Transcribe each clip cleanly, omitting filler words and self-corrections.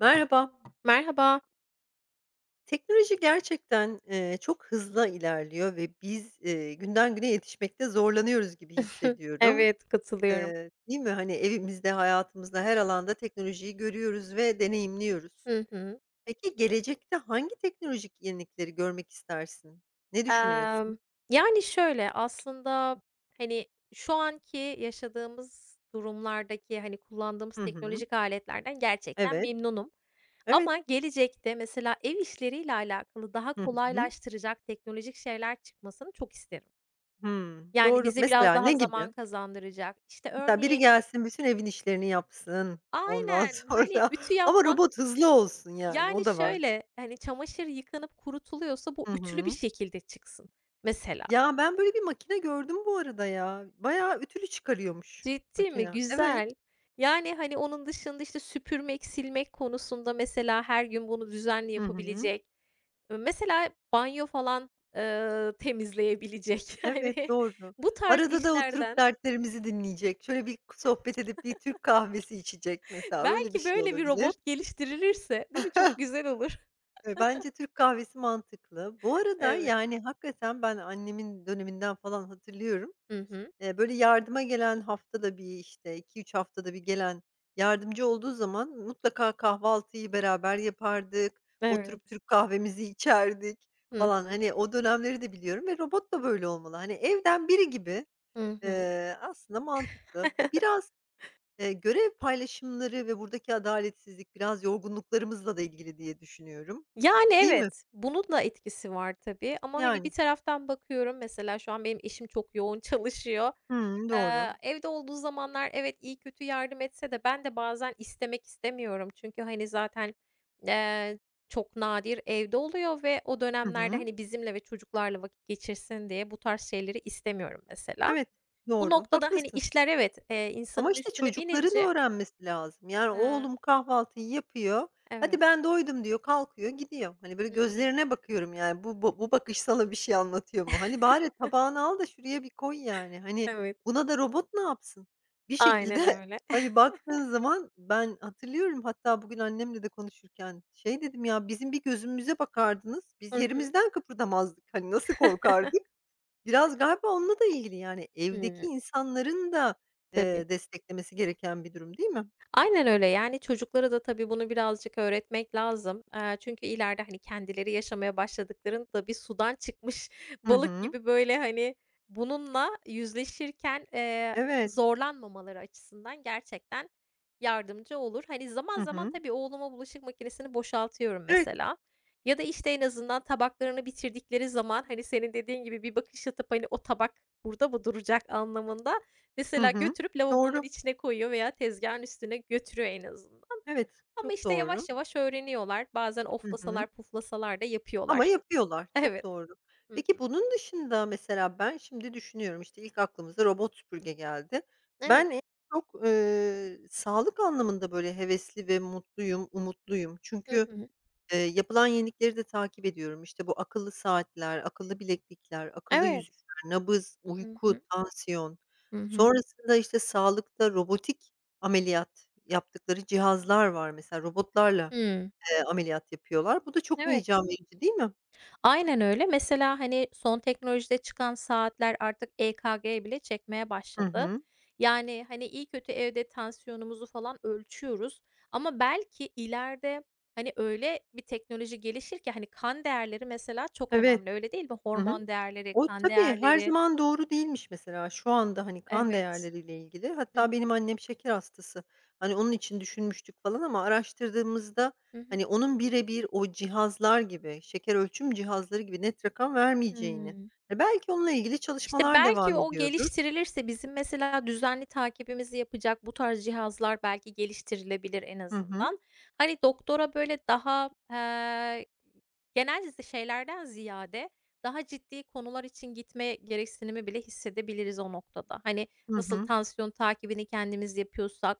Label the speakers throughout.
Speaker 1: Merhaba.
Speaker 2: Merhaba.
Speaker 1: Teknoloji gerçekten, çok hızlı ilerliyor ve biz, günden güne yetişmekte zorlanıyoruz gibi hissediyorum.
Speaker 2: Evet, katılıyorum.
Speaker 1: Değil mi? Hani, evimizde, hayatımızda her alanda teknolojiyi görüyoruz ve deneyimliyoruz.
Speaker 2: Hı hı.
Speaker 1: Peki, gelecekte hangi teknolojik yenilikleri görmek istersin? Ne
Speaker 2: Emm,
Speaker 1: düşünüyorsun?
Speaker 2: yani, şöyle, aslında, hani, şu anki yaşadığımız durumlardaki, hani, kullandığımız
Speaker 1: Hı hı.
Speaker 2: teknolojik aletlerden gerçekten
Speaker 1: Evet,
Speaker 2: memnunum.
Speaker 1: evet.
Speaker 2: Ama gelecekte mesela ev işleriyle alakalı daha
Speaker 1: Hı hı.
Speaker 2: kolaylaştıracak teknolojik şeyler çıkmasını çok isterim.
Speaker 1: Hımm,
Speaker 2: Yani,
Speaker 1: doğru.
Speaker 2: bize biraz
Speaker 1: Mesela
Speaker 2: daha
Speaker 1: ne gibi?
Speaker 2: zaman kazandıracak. İşte,
Speaker 1: Mesela biri
Speaker 2: örneğin.
Speaker 1: gelsin, bütün evin işlerini yapsın, ondan
Speaker 2: Aynen, hani,
Speaker 1: sonra
Speaker 2: ütü
Speaker 1: ama
Speaker 2: yapmak.
Speaker 1: robot hızlı olsun, yani,
Speaker 2: Yani,
Speaker 1: o da var.
Speaker 2: şöyle, hani, çamaşır yıkanıp kurutuluyorsa bu
Speaker 1: Hı
Speaker 2: ütülü bir
Speaker 1: hı.
Speaker 2: şekilde çıksın mesela.
Speaker 1: Ya, ben böyle bir makine gördüm bu arada ya. Bayağı ütülü çıkarıyormuş
Speaker 2: Ciddi mi?
Speaker 1: makine. Evet.
Speaker 2: Güzel. Yani, hani, onun dışında, işte, süpürmek, silmek konusunda mesela her gün bunu düzenli
Speaker 1: Hı hı.
Speaker 2: yapabilecek, mesela banyo falan, temizleyebilecek.
Speaker 1: Evet,
Speaker 2: Yani,
Speaker 1: doğru.
Speaker 2: bu tarz
Speaker 1: Arada da oturup
Speaker 2: işlerden
Speaker 1: dertlerimizi dinleyecek. Şöyle bir sohbet edip bir Türk kahvesi içecek mesela, öyle bir
Speaker 2: belki
Speaker 1: şey
Speaker 2: böyle bir
Speaker 1: olabilir.
Speaker 2: robot geliştirilirse, değil mi? Çok güzel olur.
Speaker 1: Bence Türk kahvesi mantıklı. Bu arada,
Speaker 2: Evet.
Speaker 1: yani, hakikaten ben annemin döneminden falan hatırlıyorum.
Speaker 2: Hı hı.
Speaker 1: Böyle, yardıma gelen haftada bir, işte, 2-3 haftada bir gelen yardımcı olduğu zaman mutlaka kahvaltıyı beraber yapardık, oturup
Speaker 2: Evet.
Speaker 1: Türk kahvemizi içerdik
Speaker 2: Hı
Speaker 1: falan.
Speaker 2: hı.
Speaker 1: Hani, o dönemleri de biliyorum ve robot da böyle olmalı. Hani, evden biri gibi,
Speaker 2: Hı hı.
Speaker 1: aslında mantıklı. Bu biraz, görev paylaşımları ve buradaki adaletsizlik biraz yorgunluklarımızla da ilgili diye düşünüyorum,
Speaker 2: Yani,
Speaker 1: değil mi?
Speaker 2: evet, bunun da etkisi var tabii ama, hani, bir
Speaker 1: Yani.
Speaker 2: taraftan bakıyorum mesela şu an benim eşim çok yoğun çalışıyor.
Speaker 1: Hımm,
Speaker 2: Eee,
Speaker 1: doğru.
Speaker 2: evde olduğu zamanlar evet, iyi kötü yardım etse de ben de bazen istemek istemiyorum. Çünkü, hani, zaten, eee, çok nadir evde oluyor ve o
Speaker 1: Hı
Speaker 2: dönemlerde,
Speaker 1: hı.
Speaker 2: hani, bizimle ve çocuklarla vakit geçirsin diye bu tarz şeyleri istemiyorum mesela.
Speaker 1: Evet,
Speaker 2: Bu
Speaker 1: doğru,
Speaker 2: noktada, hani,
Speaker 1: haklısın.
Speaker 2: işler evet,
Speaker 1: Ama,
Speaker 2: insanın
Speaker 1: işte,
Speaker 2: üstüne
Speaker 1: çocukların
Speaker 2: binince.
Speaker 1: öğrenmesi lazım. Yani,
Speaker 2: eee
Speaker 1: oğlum kahvaltıyı yapıyor, "Hadi
Speaker 2: Evet.
Speaker 1: ben doydum." diyor, kalkıyor, gidiyor. Hani, böyle
Speaker 2: Hı hı.
Speaker 1: gözlerine bakıyorum, yani, bu bakış sana bir şey anlatıyor mu? Hani, bari tabağını al da şuraya bir koy, yani. Hani,
Speaker 2: Evet.
Speaker 1: buna da robot ne yapsın? Bir şekilde,
Speaker 2: Aynen öyle.
Speaker 1: hani, baktığın zaman ben hatırlıyorum hatta bugün annemle de konuşurken şey dedim, "Ya, bizim bir gözümüze bakardınız,
Speaker 2: Hı
Speaker 1: biz
Speaker 2: hı.
Speaker 1: yerimizden kıpırdamazdık. Hani, nasıl korkardık?" Biraz galiba onunla da ilgili, yani, evdeki
Speaker 2: Hımm,
Speaker 1: insanların da,
Speaker 2: tabii.
Speaker 1: desteklemesi gereken bir durum, değil mi?
Speaker 2: Aynen öyle. Yani, çocuklara da tabii bunu birazcık öğretmek lazım. Çünkü ileride, hani, kendileri yaşamaya başladıklarında bir sudan çıkmış
Speaker 1: Hı
Speaker 2: balık
Speaker 1: hı.
Speaker 2: gibi, böyle, hani, bununla yüzleşirken,
Speaker 1: Evet.
Speaker 2: zorlanmamaları açısından gerçekten yardımcı olur. Hani, zaman
Speaker 1: Hı
Speaker 2: zaman
Speaker 1: hı.
Speaker 2: tabii oğluma bulaşık makinesini boşaltıyorum
Speaker 1: Evet.
Speaker 2: mesela ya da, işte, en azından tabaklarını bitirdikleri zaman, hani, senin dediğin gibi bir bakış atıp, hani, "O tabak burada mı duracak?" anlamında.
Speaker 1: Hı
Speaker 2: Mesela
Speaker 1: hı.
Speaker 2: götürüp lavabonun
Speaker 1: Doğru.
Speaker 2: içine koyuyor veya tezgahın üstüne götürüyor en azından.
Speaker 1: Evet,
Speaker 2: Ama,
Speaker 1: çok
Speaker 2: işte, yavaş
Speaker 1: doğru.
Speaker 2: yavaş öğreniyorlar. Bazen
Speaker 1: Hı hı.
Speaker 2: oflasalar puflasalar da
Speaker 1: Ama
Speaker 2: yapıyorlar.
Speaker 1: yapıyorlar. Çok
Speaker 2: Evet.
Speaker 1: doğru.
Speaker 2: Hı
Speaker 1: Peki
Speaker 2: hı.
Speaker 1: bunun dışında mesela ben şimdi düşünüyorum, işte, ilk aklımıza robot süpürge geldi.
Speaker 2: Evet.
Speaker 1: Ben en çok, sağlık anlamında, böyle, hevesli ve mutluyum, umutluyum.
Speaker 2: Hı
Speaker 1: Çünkü,
Speaker 2: hı.
Speaker 1: Yapılan yenilikleri de takip ediyorum. İşte, bu akıllı saatler, akıllı bileklikler, akıllı
Speaker 2: Evet.
Speaker 1: yüzükler, nabız,
Speaker 2: Hı
Speaker 1: uyku,
Speaker 2: hı.
Speaker 1: tansiyon.
Speaker 2: Hı hı.
Speaker 1: Sonrasında, işte, sağlıkta robotik ameliyat yaptıkları cihazlar var mesela robotlarla,
Speaker 2: Hımm.
Speaker 1: ameliyat yapıyorlar. Bu da çok
Speaker 2: Evet.
Speaker 1: heyecan verici, değil mi?
Speaker 2: Aynen öyle. Mesela, hani, son teknolojide çıkan saatler artık EKG bile çekmeye
Speaker 1: Hı
Speaker 2: başladı.
Speaker 1: hı.
Speaker 2: Yani, hani, iyi kötü evde tansiyonumuzu falan ölçüyoruz ama belki ileride, hani, öyle bir teknoloji gelişir ki, hani, kan değerleri mesela çok
Speaker 1: Evet.
Speaker 2: önemli, öyle değil mi?
Speaker 1: Hı hı.
Speaker 2: Hormon değerleri,
Speaker 1: O
Speaker 2: kan
Speaker 1: tabii, her
Speaker 2: değerleri.
Speaker 1: zaman doğru değilmiş mesela. Şu anda, hani, kan
Speaker 2: Evet.
Speaker 1: değerleriyle ilgili.
Speaker 2: Hı
Speaker 1: Hatta
Speaker 2: hı.
Speaker 1: benim annem şeker hastası. Hani, onun için düşünmüştük falan ama araştırdığımızda,
Speaker 2: Hı hı.
Speaker 1: hani, onun birebir o cihazlar gibi, şeker ölçüm cihazları gibi net rakam vermeyeceğini,
Speaker 2: Hıı.
Speaker 1: belki onunla ilgili
Speaker 2: İşte,
Speaker 1: çalışmalar
Speaker 2: belki
Speaker 1: devam
Speaker 2: o
Speaker 1: ediyordur.
Speaker 2: geliştirilirse bizim mesela düzenli takibimizi yapacak bu tarz cihazlar belki geliştirilebilir en
Speaker 1: Hı hı.
Speaker 2: azından. Hani, doktora böyle daha, genel şeylerden ziyade daha ciddi konular için gitme gereksinimi bile hissedebiliriz o noktada. Hani,
Speaker 1: Hı
Speaker 2: nasıl
Speaker 1: hı.
Speaker 2: tansiyon takibini kendimiz yapıyorsak,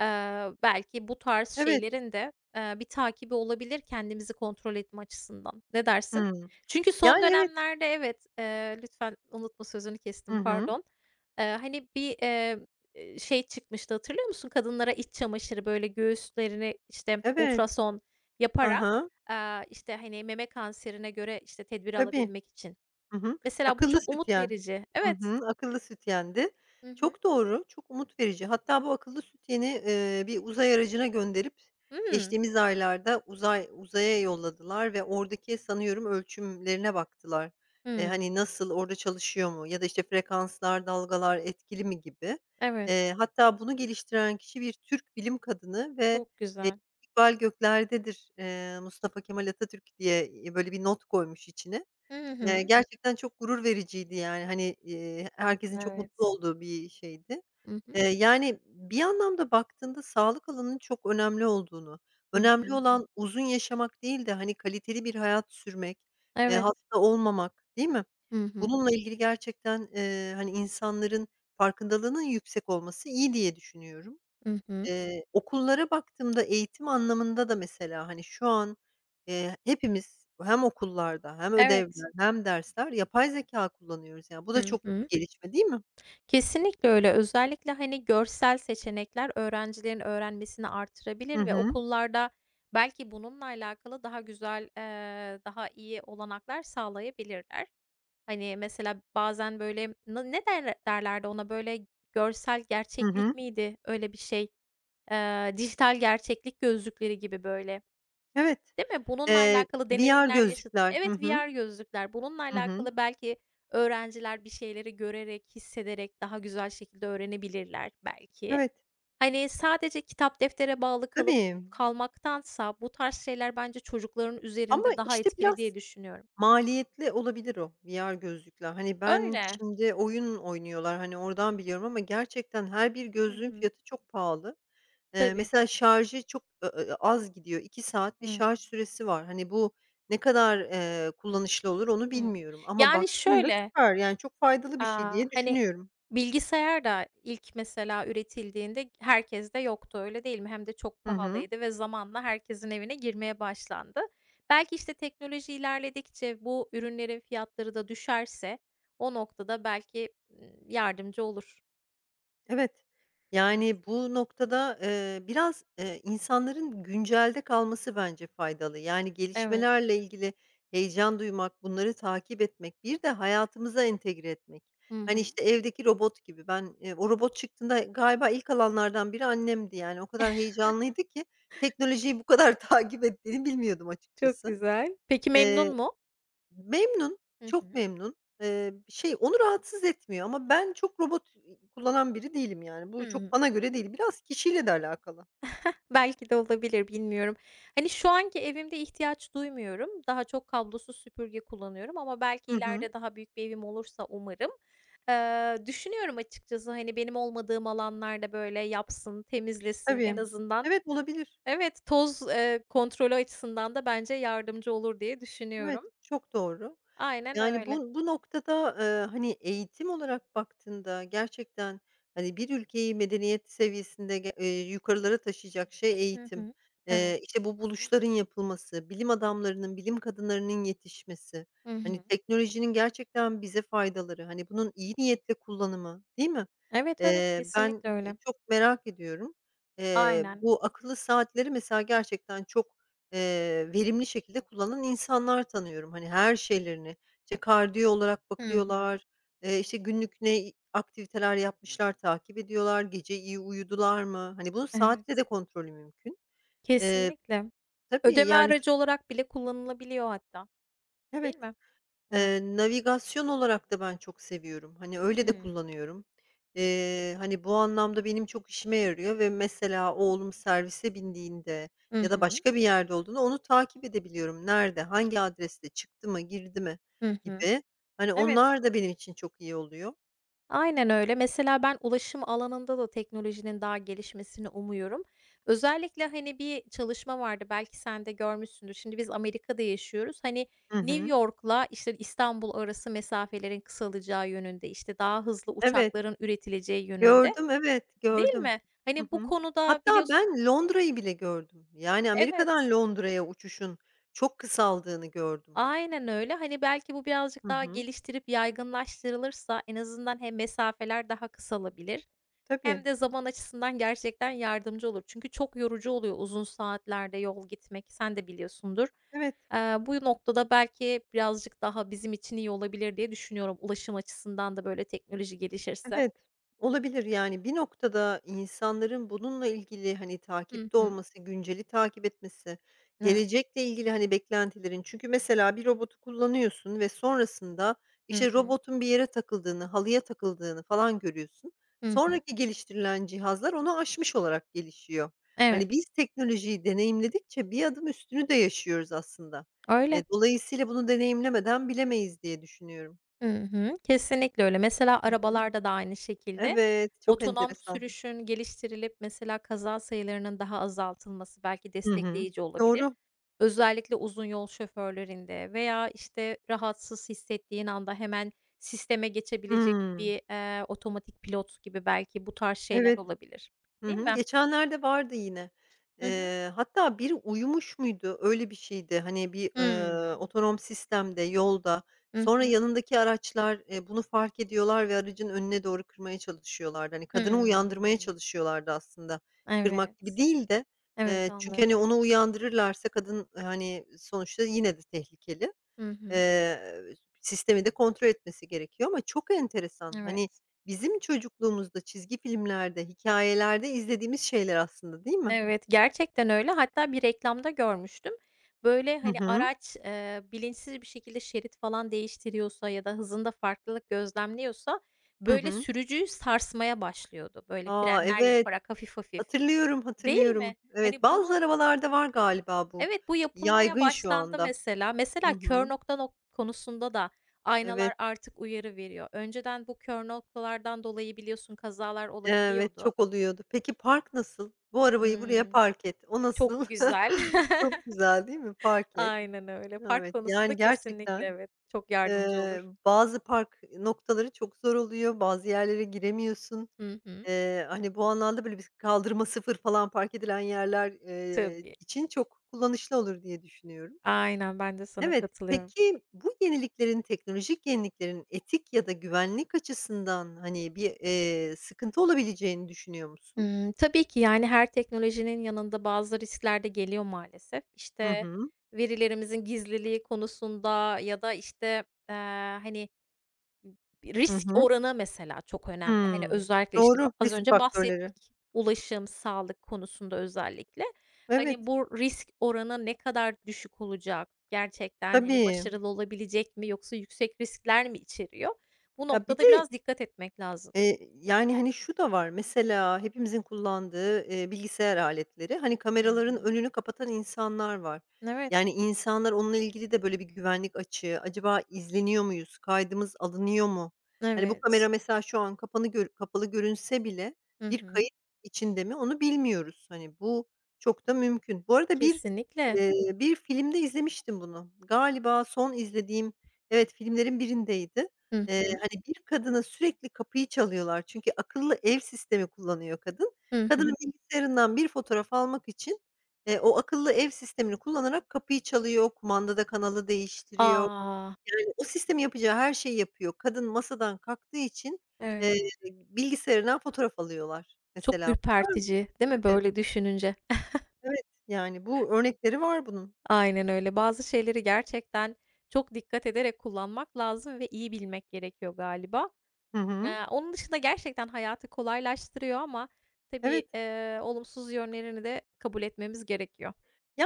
Speaker 2: eee, belki bu tarz
Speaker 1: Evet.
Speaker 2: şeylerin de, bir takibi olabilir kendimizi kontrol etme açısından. Ne dersin?
Speaker 1: Hıı.
Speaker 2: Çünkü son
Speaker 1: Yani, evet.
Speaker 2: dönemlerde evet, lütfen unutma sözünü
Speaker 1: Hı
Speaker 2: kestim,
Speaker 1: hı.
Speaker 2: pardon. Hani bir şey çıkmıştı hatırlıyor musun? Kadınlara iç çamaşırı böyle göğüslerini, işte,
Speaker 1: Evet.
Speaker 2: ultrason yaparak,
Speaker 1: Hı
Speaker 2: işte, hani, meme kanserine göre, işte, tedbir
Speaker 1: Tabii.
Speaker 2: alabilmek için.
Speaker 1: Hı hı.
Speaker 2: Mesela bu
Speaker 1: Akıllı
Speaker 2: çok umut
Speaker 1: sütyen.
Speaker 2: verici.
Speaker 1: Hı
Speaker 2: Evet.
Speaker 1: hı. Akıllı süt yendi.
Speaker 2: Hı hı.
Speaker 1: Çok doğru, çok umut verici. Hatta bu akıllı süt yeni, bir uzay aracına gönderip
Speaker 2: Hımm.
Speaker 1: geçtiğimiz aylarda uzay uzaya yolladılar ve oradaki sanıyorum ölçümlerine baktılar. Hani,
Speaker 2: Hımm.
Speaker 1: nasıl, orada çalışıyor mu ya da, işte, frekanslar, dalgalar etkili mi gibi.
Speaker 2: Evet.
Speaker 1: Hatta bunu geliştiren kişi bir Türk bilim kadını ve,
Speaker 2: Çok
Speaker 1: eee,
Speaker 2: güzel.
Speaker 1: "İstikbal göklerdedir, Mustafa Kemal Atatürk" diye, böyle bir not koymuş içine.
Speaker 2: Hı hı.
Speaker 1: Gerçekten çok gurur vericiydi, yani, hani, herkesin çok mutlu
Speaker 2: Evet.
Speaker 1: olduğu bir şeydi.
Speaker 2: Hı hı.
Speaker 1: Yani, bir anlamda baktığında sağlık alanının çok önemli olduğunu,
Speaker 2: Hı
Speaker 1: önemli
Speaker 2: hı.
Speaker 1: olan uzun yaşamak değil de, hani, kaliteli bir hayat sürmek,
Speaker 2: Evet.
Speaker 1: hasta olmamak, değil mi?
Speaker 2: Hı hı.
Speaker 1: Bununla ilgili gerçekten, hani, insanların farkındalığının yüksek olması iyi diye düşünüyorum.
Speaker 2: Hı hı.
Speaker 1: Okullara baktığımda eğitim anlamında da mesela, hani, şu an, hepimiz hem okullarda hem
Speaker 2: Evet.
Speaker 1: ödevler hem dersler yapay zekâ kullanıyoruz. Yani, bu da
Speaker 2: Hı
Speaker 1: çok iyi
Speaker 2: hı.
Speaker 1: bir gelişme, değil mi?
Speaker 2: Kesinlikle öyle. Özellikle, hani, görsel seçenekler öğrencilerin öğrenmesini
Speaker 1: Hı
Speaker 2: artırabilir ve
Speaker 1: hı.
Speaker 2: okullarda belki bununla alakalı daha güzel, daha iyi olanaklar sağlayabilirler. Hani, mesela bazen, böyle, ne derlerdi ona, böyle, görsel
Speaker 1: Hı
Speaker 2: gerçeklik
Speaker 1: hı.
Speaker 2: miydi? Öyle bir şey. Dijital gerçeklik gözlükleri gibi, böyle.
Speaker 1: Evet.
Speaker 2: Değil mi? Bununla alakalı
Speaker 1: VR
Speaker 2: deneyimler yaşat?
Speaker 1: gözlükler. Hı
Speaker 2: Evet,
Speaker 1: hı.
Speaker 2: VR gözlükler. Bununla
Speaker 1: Hı hı.
Speaker 2: alakalı belki öğrenciler bir şeyleri görerek, hissederek daha güzel şekilde öğrenebilirler belki.
Speaker 1: Evet.
Speaker 2: Hani, sadece kitap deftere bağlı kalıp
Speaker 1: Tabii
Speaker 2: kalmaktansa bu tarz şeyler bence çocukların
Speaker 1: ama,
Speaker 2: üzerinde daha
Speaker 1: işte,
Speaker 2: etkili
Speaker 1: biraz
Speaker 2: diye düşünüyorum.
Speaker 1: maliyetli olabilir o VR gözlükler. Hani, ben
Speaker 2: Öyle.
Speaker 1: şimdi oyun oynuyorlar, hani, oradan biliyorum ama gerçekten her bir
Speaker 2: Hı
Speaker 1: gözlüğün
Speaker 2: hı.
Speaker 1: fiyatı çok pahalı.
Speaker 2: Tabii.
Speaker 1: Mesela şarjı çok, az gidiyor. 2 saat bir
Speaker 2: Hımm.
Speaker 1: şarj süresi var. Hani, bu ne kadar, kullanışlı olur onu
Speaker 2: Hımm.
Speaker 1: bilmiyorum ama
Speaker 2: Yani
Speaker 1: baktığında
Speaker 2: şöyle.
Speaker 1: süper, yani, çok faydalı
Speaker 2: A!
Speaker 1: bir şey diye
Speaker 2: Hani,
Speaker 1: düşünüyorum.
Speaker 2: bilgisayar da ilk mesela üretildiğinde herkeste yoktu, öyle değil mi? Hem de çok
Speaker 1: Hı hı.
Speaker 2: pahalıydı ve zamanla herkesin evine girmeye başlandı. Belki, işte, teknoloji ilerledikçe bu ürünlerin fiyatları da düşerse o noktada belki, yardımcı olur.
Speaker 1: Evet.
Speaker 2: Evet.
Speaker 1: Yani, bu noktada, biraz, insanların güncelde kalması bence faydalı. Yani,
Speaker 2: Evet.
Speaker 1: gelişmelerle ilgili heyecan duymak, bunları takip etmek, bir de hayatımıza entegre etmek.
Speaker 2: Hı
Speaker 1: Hani,
Speaker 2: hı.
Speaker 1: işte, evdeki robot gibi ben, o robot çıktığında galiba ilk alanlardan biri annemdi, yani, o kadar heyecanlıydı ki teknolojiyi bu kadar takip ettiğini bilmiyordum
Speaker 2: Çok
Speaker 1: açıkçası.
Speaker 2: güzel. Peki memnun mu?
Speaker 1: Memnun,
Speaker 2: Hı
Speaker 1: çok
Speaker 2: hı.
Speaker 1: memnun. Şey, onu rahatsız etmiyor ama ben çok robot, kullanan biri değilim yani.
Speaker 2: Hı
Speaker 1: Bu çok
Speaker 2: hı.
Speaker 1: bana göre değil. Biraz kişiyle de alakalı.
Speaker 2: Belki de olabilir, bilmiyorum. Hani, şu anki evimde ihtiyaç duymuyorum. Daha çok kablosuz süpürge kullanıyorum ama belki
Speaker 1: Hı hı.
Speaker 2: ileride daha büyük bir evim olursa umarım, düşünüyorum açıkçası, hani, benim olmadığım alanlarda, böyle, yapsın, temizlesin en
Speaker 1: Tabii.
Speaker 2: azından.
Speaker 1: Evet, olabilir.
Speaker 2: Evet, toz, kontrolü açısından da bence yardımcı olur diye
Speaker 1: Evet,
Speaker 2: düşünüyorum.
Speaker 1: çok doğru.
Speaker 2: Aynen
Speaker 1: Yani,
Speaker 2: öyle.
Speaker 1: bu bu noktada, hani, eğitim olarak baktığında gerçekten, hani, bir ülkeyi medeniyet seviyesinde ge yukarılara taşıyacak şey
Speaker 2: Hı
Speaker 1: eğitim.
Speaker 2: hı. Evet.
Speaker 1: İşte, bu buluşların yapılması, bilim adamlarının, bilim kadınlarının yetişmesi,
Speaker 2: Hı
Speaker 1: hani,
Speaker 2: hı.
Speaker 1: teknolojinin gerçekten bize faydaları, hani, bunun iyi niyetle kullanımı, değil mi?
Speaker 2: Evet, evet,
Speaker 1: Ben,
Speaker 2: kesinlikle öyle.
Speaker 1: çok merak ediyorum.
Speaker 2: Aynen.
Speaker 1: Bu akıllı saatleri mesela gerçekten çok verimli şekilde kullanan insanlar tanıyorum. Hani her şeylerini, işte, kardiyo olarak
Speaker 2: Hı hı.
Speaker 1: bakıyorlar, işte, günlük ne aktiviteler yapmışlar takip ediyorlar, gece iyi uyudular mı? Hani bunun saatle de
Speaker 2: Evet.
Speaker 1: kontrolü mümkün. Eee,
Speaker 2: Kesinlikle.
Speaker 1: tabii
Speaker 2: Ödeme
Speaker 1: yani.
Speaker 2: aracı olarak bile kullanılabiliyor hatta, değil
Speaker 1: Evet.
Speaker 2: mi? Evet.
Speaker 1: Navigasyon olarak da ben çok seviyorum. Hani, öyle de
Speaker 2: Hımm.
Speaker 1: kullanıyorum. Hani, bu anlamda benim çok işime yarıyor ve mesela oğlum servise bindiğinde
Speaker 2: Hı
Speaker 1: ya da
Speaker 2: hı.
Speaker 1: başka bir yerde olduğunda onu takip edebiliyorum. Nerede, hangi adreste, çıktı mı, girdi mi
Speaker 2: Hı hı.
Speaker 1: gibi. Hani,
Speaker 2: Evet,
Speaker 1: onlar da benim için çok iyi oluyor.
Speaker 2: aynen öyle. Mesela ben ulaşım alanında da teknolojinin daha gelişmesini umuyorum. Özellikle, hani, bir çalışma vardı, belki sen de görmüşsündür. Şimdi biz Amerika'da yaşıyoruz. Hani,
Speaker 1: Hı
Speaker 2: New
Speaker 1: hı.
Speaker 2: York'la, işte, İstanbul arası mesafelerin kısalacağı yönünde, işte, daha hızlı
Speaker 1: Evet,
Speaker 2: uçakların üretileceği yönünde,
Speaker 1: gördüm, evet,
Speaker 2: değil
Speaker 1: gördüm.
Speaker 2: mi?
Speaker 1: Hı
Speaker 2: Hani, bu
Speaker 1: hı.
Speaker 2: konuda
Speaker 1: Hatta
Speaker 2: biliyorsun.
Speaker 1: ben Londra'yı bile gördüm. Yani, Amerika'dan
Speaker 2: Evet.
Speaker 1: Londra'ya uçuşun çok kısaldığını gördüm.
Speaker 2: Aynen öyle. Hani, belki bu birazcık
Speaker 1: Hı
Speaker 2: daha
Speaker 1: hı.
Speaker 2: geliştirip yaygınlaştırılırsa en azından hem mesafeler daha kısalabilir hem
Speaker 1: Tabii.
Speaker 2: de zaman açısından gerçekten yardımcı olur. Çünkü çok yorucu oluyor uzun saatlerde yol gitmek, sen de biliyorsundur.
Speaker 1: Evet.
Speaker 2: Bu noktada belki birazcık daha bizim için iyi olabilir diye düşünüyorum ulaşım açısından da böyle teknoloji gelişirse.
Speaker 1: Evet, olabilir. Yani, bir noktada insanların bununla ilgili, hani,
Speaker 2: Hı
Speaker 1: takipte
Speaker 2: hı.
Speaker 1: olması, günceli takip etmesi,
Speaker 2: Evet.
Speaker 1: gelecekle ilgili, hani, beklentilerin. Çünkü mesela bir robotu kullanıyorsun ve sonrasında,
Speaker 2: Hı
Speaker 1: işte,
Speaker 2: hı.
Speaker 1: robotun bir yere takıldığını, halıya takıldığını falan görüyorsun.
Speaker 2: Hı hı.
Speaker 1: Sonraki geliştirilen cihazlar onu aşmış olarak gelişiyor.
Speaker 2: Evet,
Speaker 1: Hani, biz teknolojiyi deneyimledikçe bir adım üstünü de yaşıyoruz aslında.
Speaker 2: öyle.
Speaker 1: Dolayısıyla bunu deneyimlemeden bilemeyiz diye düşünüyorum.
Speaker 2: Hı hı. Kesinlikle öyle. Mesela
Speaker 1: Hı hı.
Speaker 2: arabalarda da aynı şekilde
Speaker 1: Evet, çok
Speaker 2: otonom
Speaker 1: enteresan.
Speaker 2: sürüşün geliştirilip mesela kaza sayılarının daha azaltılması belki
Speaker 1: Hı hı.
Speaker 2: destekleyici olabilir.
Speaker 1: Doğru.
Speaker 2: Özellikle uzun yol şoförlerinde veya işte rahatsız hissettiğin anda hemen sisteme geçebilecek
Speaker 1: Hımm.
Speaker 2: bir, otomatik pilot gibi belki bu tarz şeyler
Speaker 1: Evet.
Speaker 2: olabilir,
Speaker 1: Hı
Speaker 2: değil
Speaker 1: hı.
Speaker 2: mi?
Speaker 1: Geçenlerde vardı yine.
Speaker 2: Hı hı.
Speaker 1: Hatta biri uyumuş muydu? Öyle bir şeydi. Hani, bir,
Speaker 2: Hımm.
Speaker 1: otonom sistemde, yolda.
Speaker 2: Hı
Speaker 1: Sonra
Speaker 2: hı.
Speaker 1: yanındaki araçlar, bunu fark ediyorlar ve aracın önüne doğru kırmaya çalışıyorlardı. Hani, kadını uyandırmaya
Speaker 2: Hımm.
Speaker 1: çalışıyorlardı aslında. Kırmak gibi
Speaker 2: Evet.
Speaker 1: değil de,
Speaker 2: Evet,
Speaker 1: çünkü, hani,
Speaker 2: anladım.
Speaker 1: onu uyandırırlarsa kadın, hani, sonuçta yine de tehlikeli.
Speaker 2: Hı hı.
Speaker 1: Eee, Sistemi de kontrol etmesi gerekiyor ama çok enteresan. Hani,
Speaker 2: Evet.
Speaker 1: bizim çocukluğumuzda çizgi filmlerde, hikayelerde izlediğimiz şeyler aslında, değil mi?
Speaker 2: Evet, gerçekten öyle. Hatta bir reklamda görmüştüm. Böyle,
Speaker 1: Hı
Speaker 2: hani,
Speaker 1: hı.
Speaker 2: araç, bilinçsiz bir şekilde şerit falan değiştiriyorsa ya da hızında farklılık gözlemliyorsa,
Speaker 1: Hı
Speaker 2: böyle,
Speaker 1: hı.
Speaker 2: sürücüyü sarsmaya başlıyordu. Böyle,
Speaker 1: A,
Speaker 2: frenler
Speaker 1: evet.
Speaker 2: yaparak hafif hafif,
Speaker 1: Hatırlıyorum,
Speaker 2: değil
Speaker 1: hatırlıyorum.
Speaker 2: mi?
Speaker 1: Evet,
Speaker 2: Hani,
Speaker 1: bazı
Speaker 2: bunu.
Speaker 1: arabalarda var galiba bu.
Speaker 2: Evet, bu yapılmaya
Speaker 1: Yaygın şu
Speaker 2: başlandı
Speaker 1: anda.
Speaker 2: mesela.
Speaker 1: Hı
Speaker 2: Mesela
Speaker 1: hı.
Speaker 2: kör nokta konusunda da aynalar
Speaker 1: Evet,
Speaker 2: artık uyarı veriyor. Önceden bu kör noktalardan dolayı biliyorsun kazalar
Speaker 1: evet,
Speaker 2: olabiliyordu.
Speaker 1: çok oluyordu. Peki park nasıl? Bu arabayı buraya
Speaker 2: Hımm,
Speaker 1: park et. O
Speaker 2: çok
Speaker 1: nasıl?
Speaker 2: güzel.
Speaker 1: Çok güzel, değil mi? Park et.
Speaker 2: Aynen öyle. Park
Speaker 1: Evet,
Speaker 2: konusunda
Speaker 1: yani
Speaker 2: kesinlikle
Speaker 1: gerçekten.
Speaker 2: evet, çok yardımcı olur.
Speaker 1: Bazı park noktaları çok zor oluyor, bazı yerlere giremiyorsun.
Speaker 2: Hı hı.
Speaker 1: Hani, bu anlamda, böyle, bir kaldırıma sıfır falan park edilen yerler,
Speaker 2: Tabii.
Speaker 1: için çok kullanışlı olur diye düşünüyorum.
Speaker 2: Aynen, ben de sana
Speaker 1: Evet,
Speaker 2: katılıyorum.
Speaker 1: peki bu yeniliklerin, teknolojik yeniliklerin etik ya da güvenlik açısından, hani, bir, sıkıntı olabileceğini düşünüyor musun?
Speaker 2: Tabii ki, yani, her teknolojinin yanında bazı riskler de geliyor maalesef.
Speaker 1: Hı
Speaker 2: İşte,
Speaker 1: hı.
Speaker 2: verilerimizin gizliliği konusunda ya da, işte, eee, hani.
Speaker 1: Hı
Speaker 2: Risk
Speaker 1: hı.
Speaker 2: oranı mesela çok önemli. Hani,
Speaker 1: Hımm.
Speaker 2: özellikle, işte,
Speaker 1: Doğru,
Speaker 2: az
Speaker 1: risk
Speaker 2: önce
Speaker 1: faktörleri.
Speaker 2: bahsettik ulaşım, sağlık konusunda özellikle. Hani,
Speaker 1: Evet,
Speaker 2: bu risk oranı ne kadar düşük olacak? Gerçekten, hani,
Speaker 1: tabii.
Speaker 2: başarılı olabilecek mi yoksa yüksek riskler mi içeriyor? Bu
Speaker 1: Ya, bir
Speaker 2: noktada
Speaker 1: de
Speaker 2: biraz dikkat etmek lazım.
Speaker 1: Yani, hani, şu da var, mesela hepimizin kullandığı, bilgisayar aletleri, hani,
Speaker 2: Hı
Speaker 1: kameraların
Speaker 2: hı.
Speaker 1: önünü kapatan insanlar var.
Speaker 2: Evet,
Speaker 1: Yani, insanlar onunla ilgili de böyle bir güvenlik açığı, acaba izleniyor muyuz, kaydımız alınıyor mu? Hani, bu
Speaker 2: evet.
Speaker 1: kamera mesela şu an kapanı gör kapalı görünse bile
Speaker 2: Hı
Speaker 1: bir
Speaker 2: hı.
Speaker 1: kayıt içinde mi onu bilmiyoruz. Hani, bu çok da mümkün. Bu arada bir,
Speaker 2: Kesinlikle.
Speaker 1: bir filmde izlemiştim bunu. Galiba son izlediğim, evet, filmlerin birindeydi.
Speaker 2: Hı hı.
Speaker 1: Hani, bir kadına sürekli kapıyı çalıyorlar çünkü akıllı ev sistemi kullanıyor kadın. Hı
Speaker 2: Hı
Speaker 1: Kadının
Speaker 2: hı.
Speaker 1: bilgisayarından bir fotoğraf almak için, o akıllı ev sistemini kullanarak kapıyı çalıyor, kumandada kanalı değiştiriyor.
Speaker 2: A!
Speaker 1: Yani, o sistem yapacağı her şeyi yapıyor. Kadın masadan kalktığı için, eee,
Speaker 2: Evet.
Speaker 1: bilgisayarından fotoğraf alıyorlar
Speaker 2: Çok
Speaker 1: mesela. Var mı
Speaker 2: ürpertici, değil mi
Speaker 1: tabii.
Speaker 2: böyle düşününce?
Speaker 1: Evet, yani, bu örnekleri var bunun.
Speaker 2: Aynen öyle. Bazı şeyleri gerçekten çok dikkat ederek kullanmak lazım ve iyi bilmek gerekiyor galiba.
Speaker 1: Hı hı.
Speaker 2: Onun dışında gerçekten hayatı kolaylaştırıyor ama
Speaker 1: Evet.
Speaker 2: tabii, olumsuz yönlerini de kabul etmemiz gerekiyor.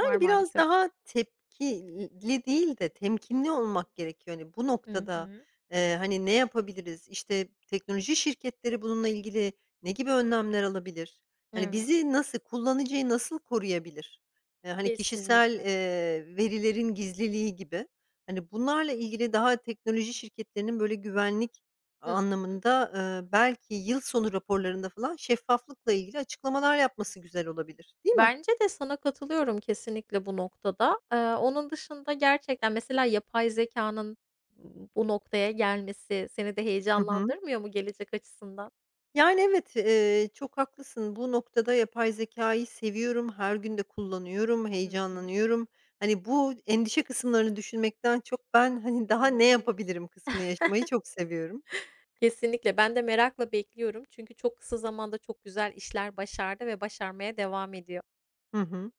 Speaker 2: Var
Speaker 1: biraz
Speaker 2: maalesef.
Speaker 1: daha tepkili değil de temkinli olmak gerekiyor. Hani, bu
Speaker 2: Hı
Speaker 1: noktada,
Speaker 2: hı.
Speaker 1: hani, ne yapabiliriz? İşte, teknoloji şirketleri bununla ilgili ne gibi önlemler alabilir? Hani,
Speaker 2: Evet,
Speaker 1: bizi nasıl, kullanıcıyı nasıl koruyabilir? Hani, kişisel,
Speaker 2: kesinlikle.
Speaker 1: verilerin gizliliği gibi. Hani, bunlarla ilgili daha teknoloji şirketlerinin, böyle, güvenlik
Speaker 2: Hı hı.
Speaker 1: anlamında, belki yıl sonu raporlarında falan şeffaflıkla ilgili açıklamalar yapması güzel olabilir, değil mi?
Speaker 2: Bence de sana katılıyorum kesinlikle bu noktada. Onun dışında gerçekten mesela yapay zekanın bu noktaya gelmesi seni de
Speaker 1: Hı hı.
Speaker 2: heyecanlandırmıyor mu gelecek açısından?
Speaker 1: Yani, evet, çok haklısın. Bu noktada yapay zekâyı seviyorum, her gün de kullanıyorum,
Speaker 2: Hı hı.
Speaker 1: heyecanlanıyorum. Hani, bu endişe kısımlarını düşünmekten çok ben, hani,
Speaker 2: Hı
Speaker 1: daha ne
Speaker 2: hı.
Speaker 1: yapabilirim kısmını yaşamayı çok seviyorum.
Speaker 2: Kesinlikle. Ben de merakla bekliyorum. Çünkü çok kısa zamanda çok güzel işler başardı ve başarmaya devam ediyor.
Speaker 1: Hı hı.